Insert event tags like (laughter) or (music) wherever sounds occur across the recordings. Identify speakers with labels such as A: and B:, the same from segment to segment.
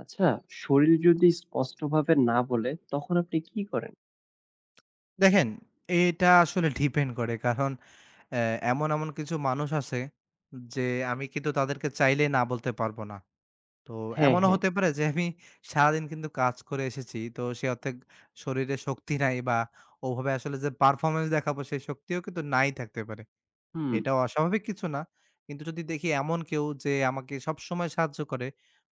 A: আচ্ছা, শরীর যদি স্পষ্টভাবে না বলে তখন আপনি কি করেন?
B: দেখেন, এটা আসলে ডিপেন্ড করে। কারণ অ্যা এমন কিছু মানুষ আছে যে আমি কিন্তু তাদেরকে চাইলেই না বলতে পারবো না। তো
A: হ্যাঁ,
B: এমনও
A: হ্যাঁ।
B: হতে পারে যে আমি সারাদিন কিন্তু কাজ করে এসেছি। তো সে অর্থে শরীরে শক্তি নাই বা ওভাবে আসলে যে পারফরম্যান্স দেখাবো সেই শক্তিও কিন্তু নাই থাকতে পারে।
A: হুম,
B: এটাও অস্বাভাবিক কিছু না। কিন্তু যদি দেখি এমন কেউ যে আমাকে সবসময় সাহায্য করে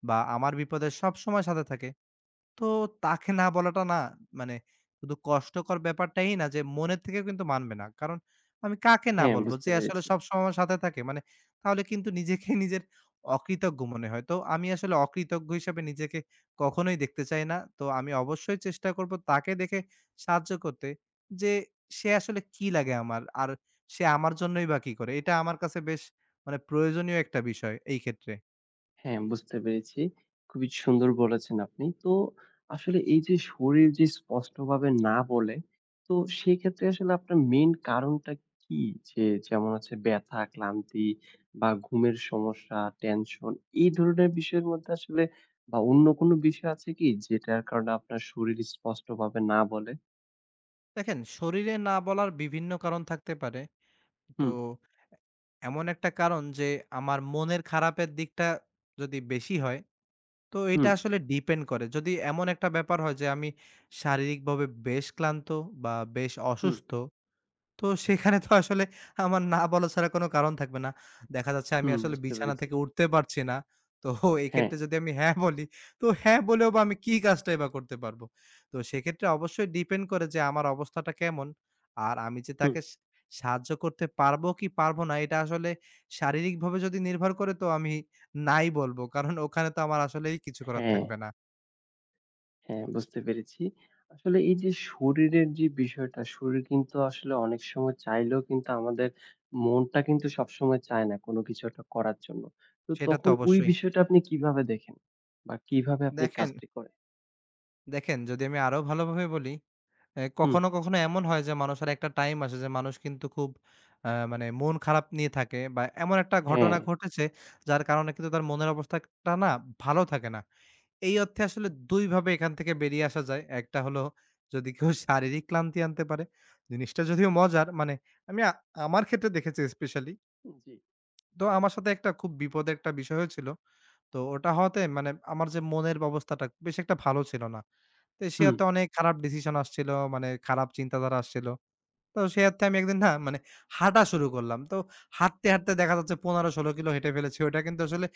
B: বা আমার বিপদে সবসময় সাথে থাকে, তো তাকে না বলাটা না মানে শুধু কষ্টকর ব্যাপারটাই না, যে মনের থেকে কিন্তু মানবে না। কারণ আমি কাকে না
A: হ্যাঁ,
B: বলব
A: বুঝতে
B: যে আসলে
A: পেরেছি।
B: সবসময় আমার সাথে থাকে। মানে তাহলে কিন্তু নিজেকে (laughs) নিজের অকৃতজ্ঞ মনে হয়। তো আমি আসলে অকৃতজ্ঞ হিসাবে নিজেকে কখনোই দেখতে চাই না। তো আমি অবশ্যই চেষ্টা করব তাকে দেখে সাহায্য করতে, যে সে আসলে কি লাগে আমার। আর সে আমার জন্যই বা কি করে। এটা আমার কাছে বেশ মানে প্রয়োজনীয় একটা বিষয় এই ক্ষেত্রে।
A: হ্যাঁ, বুঝতে পেরেছি। খুবই সুন্দর বলেছেন আপনি। তো আসলে এই যে শরীর যে স্পষ্টভাবে না বলে, তো সেক্ষেত্রে আসলে আপনার মেইন কারণটা কি? যে যেমন হচ্ছে ব্যথা, ক্লান্তি বা ঘুমের সমস্যা, টেনশন এই ধরনের বিষয়ের মধ্যে আসলে বা অন্য কোনো বিষয় আছে কি যেটার কারণে আপনার শরীর স্পষ্টভাবে না বলে?
B: দেখেন, শরীরে না বলার বিভিন্ন কারণ থাকতে পারে। তো
A: হুম,
B: এমন একটা কারণ যে আমার মনের খারাপের দিকটা যদি বেশি হয়, তো এটা
A: হুম,
B: আসলে ডিপেন্ড করে। যদি এমন একটা ব্যাপার হয় যে আমি শারীরিকভাবে বেশ ক্লান্ত বা বেশ
A: হুম।
B: অসুস্থ, তো সেখানে তো আসলে আমার না বলা ছাড়া কোনো কারণ থাকবে না। দেখা যাচ্ছে আমি
A: হুম,
B: আসলে
A: বুঝতে
B: বিছানা
A: পেরেছি।
B: থেকে উঠতে পারছি না। তো
A: হ্যাঁ,
B: এক্ষেত্রে যদি আমি হ্যাঁ বলি, তো হ্যাঁ বলেও বা আমি কি কাজটাই বা করতে পারবো? তো সেক্ষেত্রে অবশ্যই ডিপেন্ড করে যে আমার অবস্থাটা কেমন। আর আমি যে
A: হুম,
B: তাকে সাহায্য করতে পারবো কি পারবো না, এটা আসলে শারীরিকভাবে যদি নির্ভর করে, তো আমি নাই বলবো। কারণ ওখানে তো আমার আসলেই কিছু করার
A: হ্যাঁ,
B: থাকবে না।
A: হ্যাঁ, বুঝতে পেরেছি। আসলে এই যে শরীরের যে বিষয়টা, শরীর কিন্তু আসলে অনেক সময় চাইলেও কিন্তু আমাদের মনটা কিন্তু সবসময় চায় না কোনো কিছু একটা করার জন্য। তো
B: সেটা তো
A: তখন ওই
B: অবশ্যই।
A: বিষয়টা আপনি কিভাবে দেখেন? বা কিভাবে আপনি
B: দেখেন,
A: কাজটি করেন?
B: দেখেন, যদি আমি আরো ভালোভাবে বলি,
A: হুম,
B: কখনো, কখনো এমন হয় যে মানুষের একটা টাইম আসে যে মানুষ কিন্তু খুব মানে মন খারাপ নিয়ে থাকে, বা এমন একটা
A: হ্যাঁ,
B: ঘটনা ঘটেছে যার কারণে কিন্তু তার মনের অবস্থাটা না ভালো থাকে না। এই অর্থে আসলে ২ ভাবে এখান থেকে বেরিয়ে আসা যায়। একটা হলো, যদি কেউ শারীরিক ক্লান্তি আনতে পারে, জিনিসটা যদিও মজার, মানে আমি আমার ক্ষেত্রে দেখেছি স্পেশালি।
A: জি,
B: তো আমার সাথে একটা খুব বিপদের একটা বিষয় হয়েছিল। তো ওটা হওয়াতে মানে আমার যে মনের অবস্থাটা বেশ একটা ভালো ছিল না। তো সে
A: হুম,
B: হয়তো অনেক খারাপ ডিসিশন আসছিল, মানে খারাপ চিন্তাধারা আসছিল। তো সে অর্থে আমি একদিন না মানে হাঁটা শুরু করলাম। তো হাঁটতে, হাঁটতে দেখা যাচ্ছে ১৫-১৬ কিলো হেঁটে ফেলেছি। ওইটা কিন্তু আসলে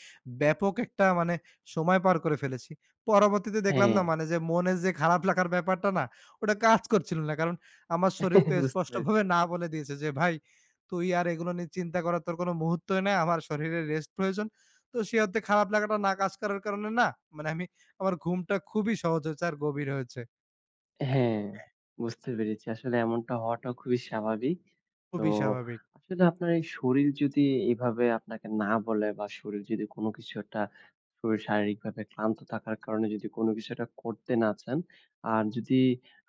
B: ব্যাপক একটা মানে সময় পার করে ফেলেছি। পরবর্তীতে দেখলাম,
A: হ্যাঁ,
B: না মানে যে মনে যে খারাপ লাগার ব্যাপারটা না, ওটা কাজ করছিল না। কারণ আমার শরীর তো
A: (laughs) বুঝতে
B: স্পষ্টভাবে
A: পেরেছি।
B: না বলে দিয়েছে যে, "ভাই, তুই আর এগুলো নিয়ে চিন্তা করার তোর কোনো মুহূর্তই নাই। আমার শরীরের রেস্ট প্রয়োজন।" তো সে অর্থে খারাপ লাগাটা না কাজ করার কারণে না, মানে আমি আমার ঘুমটা খুবই সহজ হয়েছে আর গভীর হয়েছে।
A: হ্যাঁ, বুঝতে পেরেছি। আসলে এমনটা হওয়াটাও খুবই স্বাভাবিক। তো
B: খুবই স্বাভাবিক।
A: আসলে আপনার এই শরীর যদি এভাবে আপনাকে না বলে বা শরীর যদি কোনো কিছু একটা, শরীর শারীরিকভাবে ক্লান্ত থাকার কারণে যদি কোনো কিছু একটা করতে না চান, আর যদি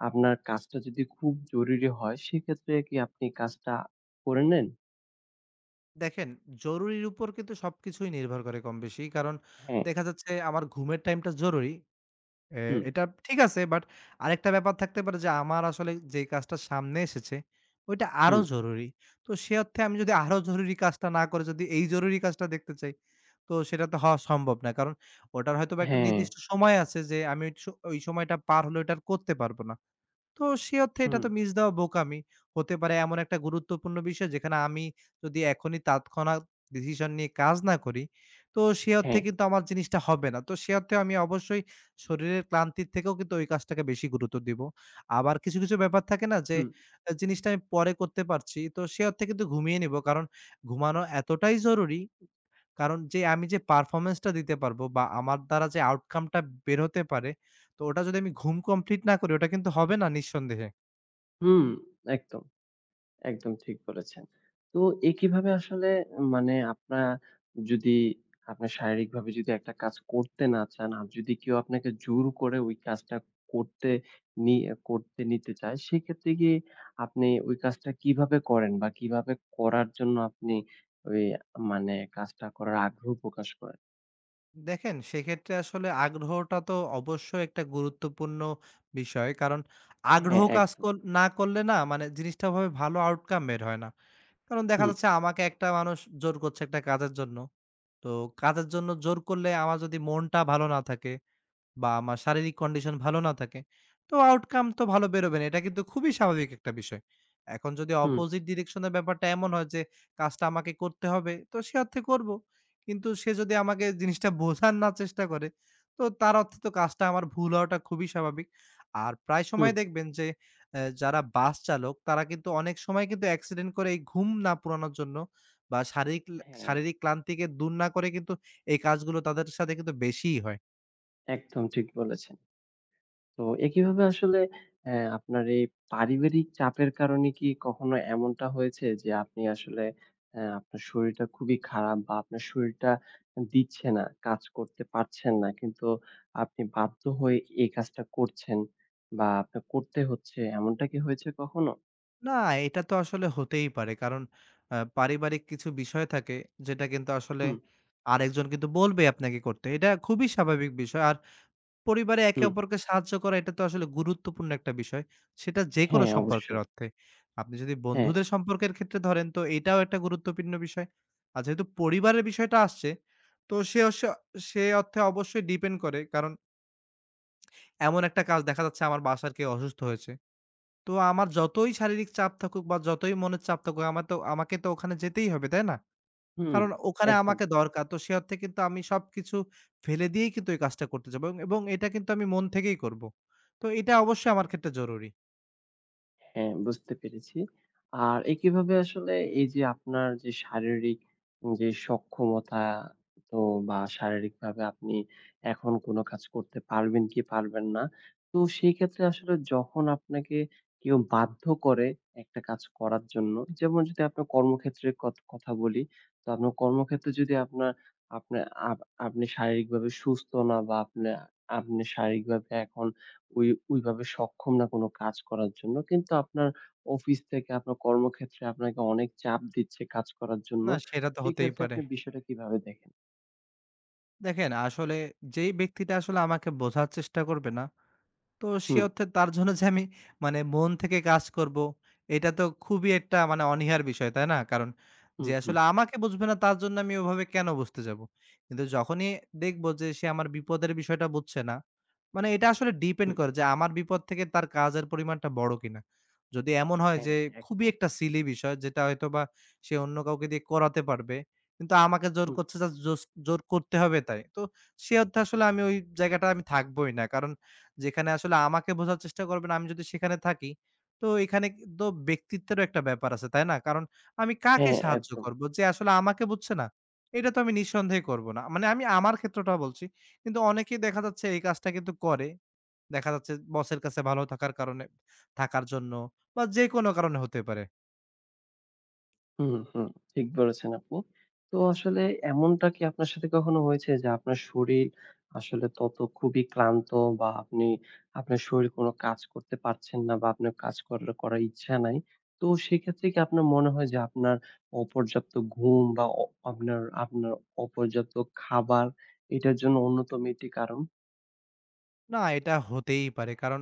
A: আপনার কাজটা যদি খুব জরুরি হয় সেক্ষেত্রে কি আপনি কাজটা করে নেন?
B: দেখেন, জরুরির উপর কিন্তু সবকিছুই নির্ভর করে কমবেশি। কারণ
A: হ্যাঁ।
B: দেখা যাচ্ছে আমার ঘুমের টাইমটা জরুরি। এ
A: হুম,
B: এটা ঠিক আছে, বাট আরেকটা ব্যাপার থাকতে পারে যে আমার আসলে যেই কাজটা সামনে এসেছে ওইটা আরো
A: হুম,
B: জরুরি। তো সে অর্থে আমি যদি আরো জরুরি কাজটা না করে যদি এই জরুরি কাজটা দেখতে চাই, তো সেটা তো হওয়া সম্ভব না। কারণ ওটার হয়তোবা একটা
A: হ্যাঁ,
B: নির্দিষ্ট সময় আছে যে আমি ওই সময়টা পার হলে ওইটা আর করতে পারব না। তো সে অর্থে এটা
A: হুম,
B: তো মিস দেওয়া বোকামি। হতে পারে এমন একটা গুরুত্বপূর্ণ বিষয় যেখানে আমি যদি এখনই তাৎক্ষণাৎ ডিসিশন নিয়ে কাজ না করি, তো সে অর্থে
A: হ্যাঁ,
B: কিন্তু আমার জিনিসটা হবে না। তো সে অর্থে আমি অবশ্যই শরীরের ক্লান্তির থেকেও কিন্তু ওই কাজটাকে বেশি গুরুত্ব দিব। আবার কিছু, কিছু ব্যাপার থাকে না যে
A: হুম,
B: জিনিসটা আমি পরে করতে পারছি। তো সে অর্থে কিন্তু ঘুমিয়ে নিব। কারণ ঘুমানো এতটাই জরুরি। কারণ যে আমি যে পারফরম্যান্সটা দিতে পারবো বা আমার দ্বারা যে আউটকামটা বের হতে পারে, তো ওটা যদি আমি ঘুম কমপ্লিট না করি, ওটা কিন্তু হবে না নিঃসন্দেহে।
A: হুম, একদম। একদম ঠিক বলেছেন। তো কিভাবে আসলে মানে যদি আপনার শারীরিকভাবে যদি একটা কাজ করতে না চান, আর যদি কেউ আপনাকে জোর করে ওই কাজটা করতে নি করতে নিতে চায়, সেক্ষেত্রে গিয়ে আপনি ওই কাজটা কিভাবে করেন বা কিভাবে করার জন্য আপনি ওই মানে কাজটা করার আগ্রহ প্রকাশ করেন?
B: দেখেন, সেক্ষেত্রে আসলে আগ্রহটা তো অবশ্যই একটা গুরুত্বপূর্ণ বিষয়। কারণ আগ্রহ
A: হ্যাঁ,
B: কাজ
A: একদম।
B: কর না করলে, না মানে জিনিসটা ওভাবে ভালো আউটকাম বের হয় না। কারণ দেখা
A: হুম,
B: যাচ্ছে আমাকে একটা মানুষ জোর করছে একটা কাজের জন্য। তো কাজের জন্য জোর করলে আমার যদি মনটা ভালো না থাকে বা আমার শারীরিক কন্ডিশন ভালো না থাকে, তো আউটকাম তো ভালো বেরোবে না। এটা কিন্তু খুবই স্বাভাবিক একটা বিষয়। এখন যদি
A: হুম,
B: অপোজিট ডিরেকশন এর ব্যাপারটা এমন হয় যে কাজটা আমাকে করতে হবে, তো সে অর্থে করব। কিন্তু সে যদি আমাকে জিনিসটা বোঝার না চেষ্টা করে, তো তার অর্থে তো কাজটা আমার ভুল হওয়াটা খুবই স্বাভাবিক। আর প্রায়
A: হুম।
B: সময় দেখবেন যে যারা বাস চালক তারা কিন্তু অনেক সময় কিন্তু অ্যাক্সিডেন্ট করে এই ঘুম না পুরানোর জন্য, বা শারীরিক
A: হ্যাঁ,
B: শারীরিক ক্লান্তিকে দূর না করে কিন্তু এই কাজগুলো তাদের সাথে কিন্তু বেশিই হয়।
A: একদম ঠিক বলেছেন। তো কিভাবে আসলে, আপনার এই পারিবারিক চাপের কারণে কি কখনো এমনটা হয়েছে যে আপনি আসলে, আপনার শরীরটা খুবই খারাপ বা আপনার শরীরটা দিচ্ছে না, কাজ করতে পারছেন না, কিন্তু আপনি বাধ্য হয়ে এই কাজটা করছেন বা আপনার করতে হচ্ছে, এমনটা কি হয়েছে কখনো?
B: না, এটা তো আসলে হতেই পারে। কারণ পারিবারিক কিছু বিষয় থাকে যেটা কিন্তু আসলে
A: হুম,
B: আরেকজন কিন্তু বলবে আপনাকে করতে। এটা খুবই স্বাভাবিক বিষয়। আর পরিবারে একে
A: হুম।
B: অপরকে সাহায্য করা, এটা তো আসলে গুরুত্বপূর্ণ একটা বিষয়। সেটা যেকোনো
A: হ্যাঁ,
B: সম্পর্কের
A: অবশ্যই।
B: অর্থে। আপনি যদি
A: হ্যাঁ।
B: বন্ধুদের সম্পর্কের ক্ষেত্রে ধরেন, তো এটাও একটা গুরুত্বপূর্ণ বিষয়। আর যেহেতু পরিবারের বিষয়টা আসছে, তো সে অর্থে অবশ্যই ডিপেন্ড করে। কারণ এমন একটা কাজ, দেখা যাচ্ছে আমার বাসার কেউ অসুস্থ হয়েছে। তো আমার যতই শারীরিক চাপ থাকুক বা যতই মনের চাপ থাকুক, আমার তো, আমাকে তো ওখানে যেতেই হবে, তাই না?
A: হুম,
B: কারণ ওখানে
A: একদম।
B: আমাকে দরকার। তো সে অর্থে কিন্তু আমি সবকিছু ফেলে দিয়েই কিন্তু এই কাজটা করতে যাবো, এবং এবং এটা কিন্তু আমি মন থেকেই করব। তো এটা অবশ্যই আমার
A: হ্যাঁ।
B: ক্ষেত্রে জরুরি।
A: হ্যাঁ, বুঝতে পেরেছি। আর কিভাবে আসলে এই যে আপনার যে শারীরিক যে সক্ষমতা, তো বা শারীরিকভাবে আপনি এখন কোন কাজ করতে পারবেন কি পারবেন না। তো সেই ক্ষেত্রে আসলে যখন আপনাকে কেউ বাধ্য করে একটা কাজ করার জন্য, যেমন যদি আপনার কর্মক্ষেত্রের কথা বলি, তো আপনার কর্মক্ষেত্রে যদি আপনার আপনার আপ আপনি শারীরিকভাবে সুস্থ না বা আপনি শারীরিকভাবে এখন ওইভাবে সক্ষম না কোনো কাজ করার জন্য, কিন্তু আপনার অফিস থেকে আপনার কর্মক্ষেত্রে আপনাকে অনেক চাপ দিচ্ছে কাজ করার জন্য,
B: না, সেটা তো হতেই
A: সেক্ষেত্রে
B: পারে।
A: আপনি বিষয়টা কিভাবে দেখেন?
B: দেখেন, আসলে যেই ব্যক্তিটা আসলে আমাকে বোঝার চেষ্টা করবে না, তো সে
A: হুম,
B: অর্থে তার জন্য যে আমি মানে মন থেকে কাজ করব, এটা তো খুবই একটা মানে অনীহার বিষয়, তাই না? কারণ
A: হুম,
B: যে
A: হুম,
B: আসলে আমাকে বুঝবে না, তার জন্য আমি ওভাবে কেন বুঝতে যাব? কিন্তু যখনই দেখব যে সে আমার বিপদের বিষয়টা বুঝছে না, মানে এটা আসলে ডিপেন্ড
A: হুম।
B: করে যে আমার বিপদ থেকে তার কাজের পরিমাণটা বড় কিনা। যদি এমন হয়
A: হ্যাঁ,
B: যে খুবই
A: একদম।
B: একটা সিলি বিষয়, যেটা হয়তোবা সে অন্য কাউকে দিয়ে করাতে পারবে, কিন্তু আমাকে জোর
A: হুম,
B: করছে জাস্ট জোর করতে হবে তাই। তো সে অর্থে আসলে আমি ওই জায়গাটা, আমি থাকবোই না। কারণ যেখানে আসলে আমাকে বোঝার চেষ্টা করবেন, আমি যদি সেখানে থাকি। তো এখানে কিন্তু ব্যক্তিত্বেরও একটা ব্যাপার আছে, তাই না? কারণ আমি কাকে
A: হ্যাঁ,
B: সাহায্য
A: একদম।
B: করব? যে আসলে আমাকে বুঝছে না, এটা তো আমি নিঃসন্দেহে করব না। মানে আমি আমার ক্ষেত্রটা বলছি। কিন্তু অনেকেই দেখা যাচ্ছে এই কাজটা কিন্তু করে। দেখা যাচ্ছে বসের কাছে ভালো থাকার কারণে, থাকার জন্য, বা যেকোনো কারণে হতে পারে।
A: হুম, হুম। ঠিক বলেছেন আপনি। তো আসলে এমনটা কি আপনার সাথে কখনো হয়েছে যে আপনার শরীর আসলে তত খুবই ক্লান্ত বা আপনার শরীর কোনো কাজ করতে পারছেন না বা আপনার কাজ করার করার ইচ্ছা নাই। তো সেক্ষেত্রে কি আপনার মনে হয় যে আপনার অপর্যাপ্ত ঘুম বা আপনার আপনার অপর্যাপ্ত খাবার এটার জন্য অন্যতম একটি কারণ?
B: না, এটা হতেই পারে। কারণ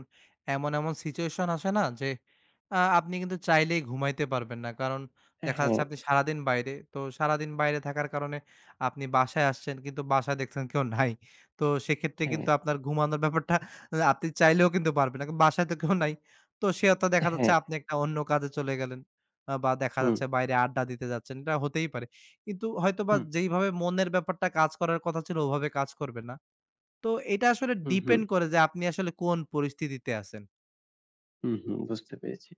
B: এমন সিচুয়েশন আসে না যে আপনি কিন্তু চাইলেই ঘুমাইতে পারবেন না। কারণ দেখা
A: হ্যাঁ,
B: যাচ্ছে আপনি সারাদিন বাইরে। তো সারাদিন বাইরে থাকার কারণে আপনি বাসায় আসছেন, কিন্তু বাসায় দেখছেন কেউ নাই। তো সেক্ষেত্রে
A: হ্যাঁ,
B: কিন্তু আপনার ঘুমানোর ব্যাপারটা আপনি চাইলেও কিন্তু পারবেন না। কারণ বাসায় তো কেউ নাই। তো সে তো দেখা যাচ্ছে
A: হ্যাঁ।
B: আপনি একটা অন্য কাজে চলে গেলেন। বা দেখা
A: হুম,
B: যাচ্ছে বাইরে আড্ডা দিতে যাচ্ছেন। এটা হতেই পারে। কিন্তু হয়তোবা
A: হুম,
B: যেইভাবে মনের ব্যাপারটা কাজ করার কথা ছিল, ওভাবে কাজ করবে না। তো এটা আসলে
A: হুম, হুম।
B: ডিপেন্ড করে যে আপনি আসলে কোন পরিস্থিতিতে আছেন।
A: হুম, হুম, বুঝতে পেরেছি।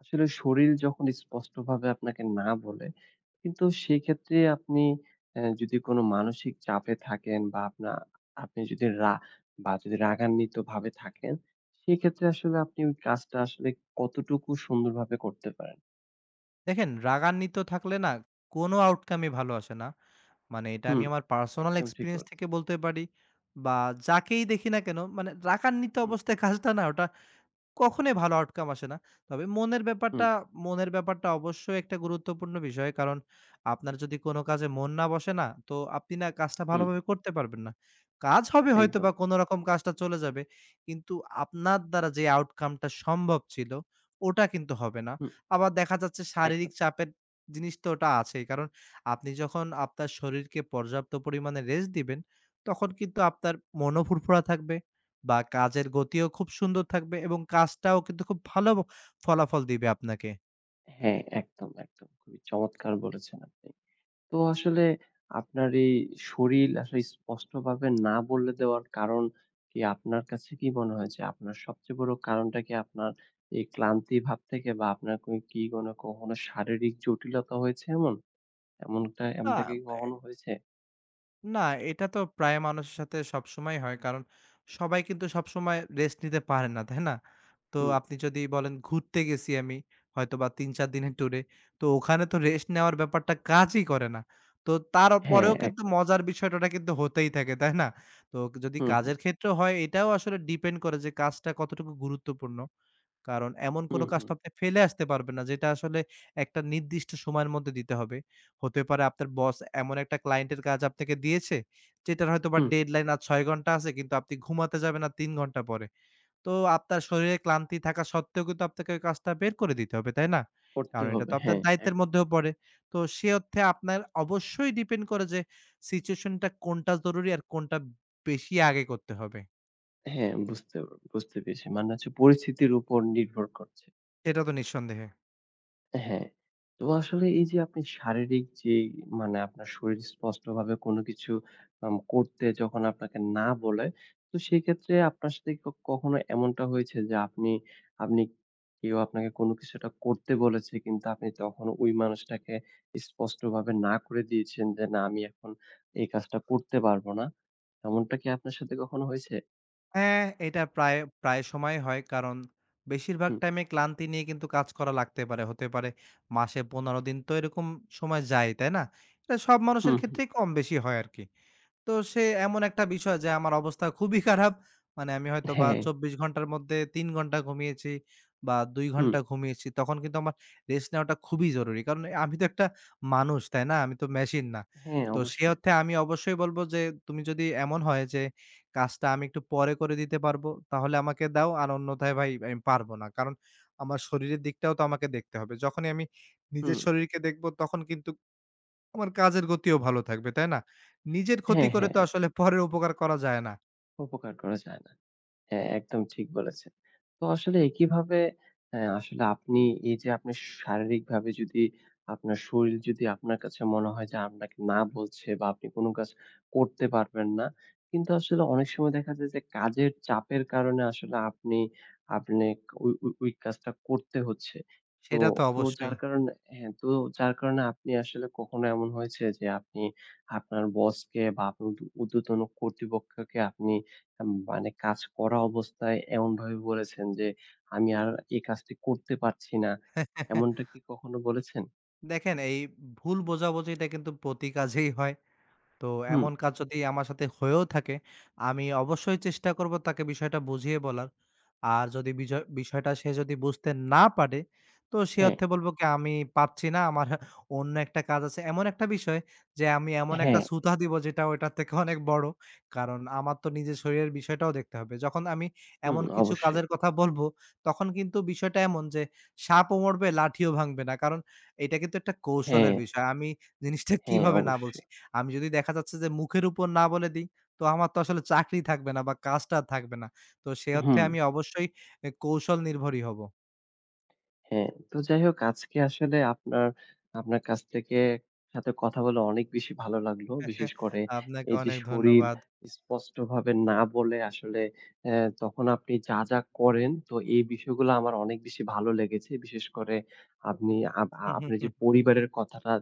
A: আসলে শরীর যখন স্পষ্টভাবে আপনাকে না বলে, কিন্তু সেক্ষেত্রে আপনি যদি কোনো মানসিক চাপে থাকেন বা আপনি যদি রা বা যদি রাগান্বিত ভাবে থাকেন, সেক্ষেত্রে আসলে আপনি ওই কাজটা আসলে কতটুকু সুন্দরভাবে করতে পারেন?
B: দেখেন, রাগান্বিত থাকলে না, কোনো আউটকামই ভালো আসে না। মানে এটা আমি
A: হুম,
B: আমার পার্সোনাল
A: একদম ঠিক
B: এক্সপেরিয়েন্স থেকে
A: বলেছেন।
B: বলতে পারি, বা যাকেই দেখি না কেন, মানে রাগান্বিত
A: হুম,
B: অবস্থায় কাজটা না, ওটা কখনোই ভালো আউটকাম আসে না। তবে মনের
A: হুম,
B: ব্যাপারটা মনের ব্যাপারটা অবশ্যই একটা গুরুত্বপূর্ণ বিষয়। কারণ আপনার যদি কোনো কাজে মন না বসে না, তো আপনি না কাজটা
A: হুম,
B: ভালোভাবে করতে পারবেন না। কাজ হবে
A: একদম।
B: হয়তোবা, কোনরকম কাজটা চলে যাবে। কিন্তু আপনার দ্বারা যে আউটকামটা সম্ভব ছিল, ওটা কিন্তু হবে না।
A: হুম,
B: আবার দেখা যাচ্ছে শারীরিক
A: একদম।
B: চাপের জিনিস তো ওটা আছেই। কারণ আপনি যখন আপনার শরীরকে পর্যাপ্ত পরিমাণে রেস্ট দিবেন, তখন কিন্তু আপনার মনও ফুরফুরা থাকবে। বা কাজের গতিও খুব সুন্দর থাকবে, এবং কাজটাও কিন্তু খুব ভালো ফলাফল দিবে আপনাকে।
A: হ্যাঁ, একদম, একদম। খুবই চমৎকার বলেছেন আপনি। তো আসলে আপনার এই শরীর আসলে স্পষ্টভাবে না বলে দেওয়ার কারণ কি, আপনার কাছে কি মনে হয় যে আপনার সবচেয়ে বড় কারণটা কি আপনার এই ক্লান্তি ভাব থেকে বা আপনার কোনো কখনো শারীরিক জটিলতা হয়েছে এমন? এমনটা
B: আ
A: এমনটা কি কখনো হয়েছে?
B: না, এটা তো প্রায় মানুষের সাথে সবসময়ই হয়। কারণ সবাই কিন্তু সবসময় রেস্ট নিতে পারে না, তাই না? তো
A: হুম।
B: আপনি যদি বলেন ঘুরতে গেছি আমি হয়তোবা ৩-৪ দিনের ট্যুরে। তো ওখানে তো রেস্ট নেওয়ার ব্যাপারটা কাজই করে না। তো
A: হ্যাঁ,
B: তারপরেও কিন্তু
A: একদম।
B: মজার বিষয়টা ওটা কিন্তু হতেই থাকে, তাই না? তো যদি
A: হুম, হুম,
B: কাজের ক্ষেত্রেও হয়, এটাও আসলে ডিপেন্ড করে যে কাজটা কতটুকু গুরুত্বপূর্ণ। কারণ এমন কোনো
A: হুম,
B: কাজ
A: হুম,
B: তো আপনি ফেলে আসতে পারবেন না যেটা আসলে একটা নির্দিষ্ট সময়ের মধ্যে দিতে হবে। হতে পারে আপনার বস এমন একটা ক্লায়েন্টের কাজ আপনাকে দিয়েছে, যেটার হয়তোবা
A: হুম।
B: ডেডলাইন আর ৬ ঘন্টা আছে, কিন্তু আপনি ঘুমাতে যাবেন আর ৩ ঘন্টা পরে। তো আপনার শরীরে ক্লান্তি থাকা সত্ত্বেও কিন্তু আপনাকে ওই কাজটা বের করে দিতে হবে, তাই না?
A: করতে
B: কারণ এটা
A: হবে।
B: তো আপনার
A: হ্যাঁ,
B: দায়িত্বের
A: একদম।
B: মধ্যেও পড়ে। তো সে অর্থে আপনার অবশ্যই ডিপেন্ড করে যে সিচুয়েশনটা কোনটা জরুরি, আর কোনটা বেশি আগে করতে হবে।
A: হ্যাঁ, বুঝতে বুঝতে পেরেছি। মানে হচ্ছে পরিস্থিতির উপর নির্ভর করছে।
B: এটা তো নিঃসন্দেহে।
A: হ্যাঁ। তো আসলে এই যে আপনি শারীরিক যে মানে আপনার শরীর স্পষ্টভাবে কোনো কিছু করতে যখন আপনাকে না বলে, তো সেক্ষেত্রে আপনার সাথে কখনো এমনটা হয়েছে যে আপনি আপনি কেউ আপনাকে কোনো কিছু একটা করতে বলেছে কিন্তু আপনি তখন ওই মানুষটাকে স্পষ্টভাবে না করে দিয়েছেন যে, "না, আমি এখন এই কাজটা করতে পারবো না।" এমনটা কি আপনার সাথে কখনো হয়েছে?
B: হ্যাঁ, এটা প্রায় সময় হয়। কারণ বেশিরভাগ
A: হুম,
B: টাইমে ক্লান্তি নিয়ে কিন্তু কাজ করা লাগতে পারে। হতে পারে মাসে ১৫ দিন তো এরকম সময় যায়, তাই না? এটা সব মানুষের
A: হুম, হুম।
B: ক্ষেত্রেই কম বেশি হয় আরকি। তো সে এমন একটা বিষয় যে আমার অবস্থা খুবই খারাপ। মানে আমি হয়তোবা
A: হ্যাঁ,
B: ২৪ ঘন্টার মধ্যে ৩ ঘন্টা ঘুমিয়েছি বা ২
A: হুম।
B: ঘন্টা ঘুমিয়েছি। তখন কিন্তু আমার রেস্ট নেওয়াটা খুবই জরুরি। কারণ আমি তো একটা মানুষ, তাই না? আমি তো মেশিন না।
A: হ্যাঁ,
B: তো সে
A: অবশ্যই।
B: অর্থে আমি অবশ্যই বলব যে তুমি যদি এমন হয় যে কাজটা আমি একটু পরে করে দিতে পারবো, তাহলে আমাকে দাও। আর অন্যথায় ভাই আমি পারব না। কারণ আমার শরীরের দিকটাও তো আমাকে দেখতে হবে। যখনই আমি নিজের
A: হুম।
B: শরীরকে দেখব, তখন কিন্তু আমার কাজের গতিও ভালো থাকবে, তাই না? নিজের ক্ষতি
A: হ্যাঁ,
B: করে
A: হ্যাঁ,
B: তো আসলে
A: একদম।
B: (laughs) পরের উপকার করা যায় না।
A: উপকার করা যায় না। হ্যাঁ, একদম ঠিক বলেছেন। তো আসলে কিভাবে আসলে আপনি এই যে আপনি শারীরিকভাবে যদি আপনার শরীর যদি আপনার কাছে মনে হয় যে আপনাকে না বলছে বা আপনি কোন কাজ করতে পারবেন না, কিন্তু আসলে অনেক সময় দেখা যায় যে কাজের চাপের কারণে আসলে আপনি আপনি ওই ওই ওই কাজটা করতে হচ্ছে। তো
B: সেটা তো
A: তো
B: অবশ্যই।
A: যার কারণে, হ্যাঁ, তো যার কারণে আপনি আসলে কখনো এমন হয়েছে যে আপনি আপনার বসকে বা আপনার ঊর্ধ্বতন কর্তৃপক্ষকে আপনি মানে কাজ করা অবস্থায় এমনভাবে বলেছেন যে, "আমি আর এই কাজটি করতে পারছি না।" এমনটা
B: (laughs)
A: কি কখনো বলেছেন?
B: দেখেন, এই ভুল বোঝাবুঝিটা কিন্তু প্রতি কাজেই হয়। তো
A: হুম,
B: এমন কাজ যদি আমার সাথে হয়েও থাকে, আমি অবশ্যই চেষ্টা করব তাকে বিষয়টা বুঝিয়ে বলার। আর যদি বিষয়টা সে যদি বুঝতে না পারে, তো সে
A: হ্যাঁ,
B: অর্থে বলব কি আমি পারছি না, আমার অন্য একটা কাজ আছে। এমন একটা বিষয় যে আমি এমন একটা
A: হ্যাঁ,
B: ছুতা দিব যেটা ওইটার থেকে অনেক বড়। কারণ আমার তো নিজের শরীরের বিষয়টাও দেখতে হবে। যখন আমি
A: হুম,
B: এমন কিছু
A: অবশ্যই।
B: কাজের কথা বলব, তখন কিন্তু বিষয়টা এমন যে সাপও মরবে, লাঠিও ভাঙবে না। কারণ এটা কিন্তু একটা
A: হ্যাঁ,
B: কৌশলের বিষয়। আমি জিনিসটা
A: হ্যাঁ,
B: কিভাবে না বলছি।
A: অবশ্যই।
B: আমি যদি দেখা যাচ্ছে যে মুখের উপর না বলে দেই, তো আমার তো আসলে চাকরি থাকবে না বা কাজটা আর থাকবে না। তো সে অর্থে
A: হুম।
B: আমি অবশ্যই এ কৌশল নির্ভরই হব।
A: হ্যাঁ, তো যাই হোক আজকে আসলে আপনার আপনার কাছ থেকে সাথে কথা বলে অনেক বেশি ভালো লাগলো। বিশেষ
B: (laughs)
A: করে
B: আপনাকে
A: এই যে
B: অনেক
A: শরীর
B: ধন্যবাদ।
A: স্পষ্টভাবে না বলে আসলে অ্যা তখন আপনি যা, যা করেন তো এই বিষয়গুলো আমার অনেক বেশি ভালো লেগেছে। বিশেষ করে আপনি আপ
B: (laughs)
A: আ
B: হুম, হুম,
A: আপনি যে
B: হুম।
A: পরিবারের কথাটা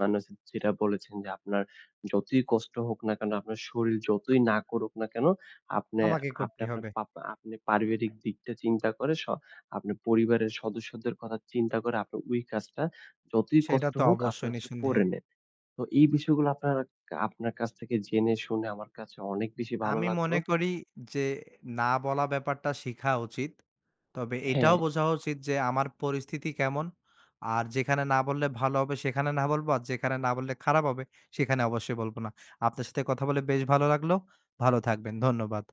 A: মানে হচ্ছে যেটা বলেছেন যে আপনার যতই কষ্ট হোক না কেন, আপনার শরীর যতই না করুক না কেন, আপনি
B: আমাকে
A: আপনি
B: করতেই
A: আপনার
B: হবে।
A: পা আপনি পারিবারিক দিকটা চিন্তা করে আপনার পরিবারের সদস্যদের কথা চিন্তা করে আপনার ওই কাজটা যতই
B: সেটা
A: কষ্ট
B: তো
A: হোক আপনি
B: অবশ্যই
A: হচ্ছে
B: নিঃসন্দেহে।
A: করে নেন। তো এই বিষয়গুলো আপনার আপনার কাছ থেকে জেনে শুনে আমার কাছে অনেক বেশি ভালো
B: আমি
A: লাগলো।
B: মনে করি যে না বলা ব্যাপারটা শিখা উচিত। তবে এটাও
A: হ্যাঁ।
B: বোঝা উচিত যে আমার পরিস্থিতি কেমন। আর যেখানে না বললে ভালো হবে সেখানে না বলব। আর যেখানে না বললে খারাপ হবে সেখানে অবশ্যই বলব না। আপনার সাথে কথা বলে বেশ ভালো লাগলো। ভালো থাকবেন। ধন্যবাদ।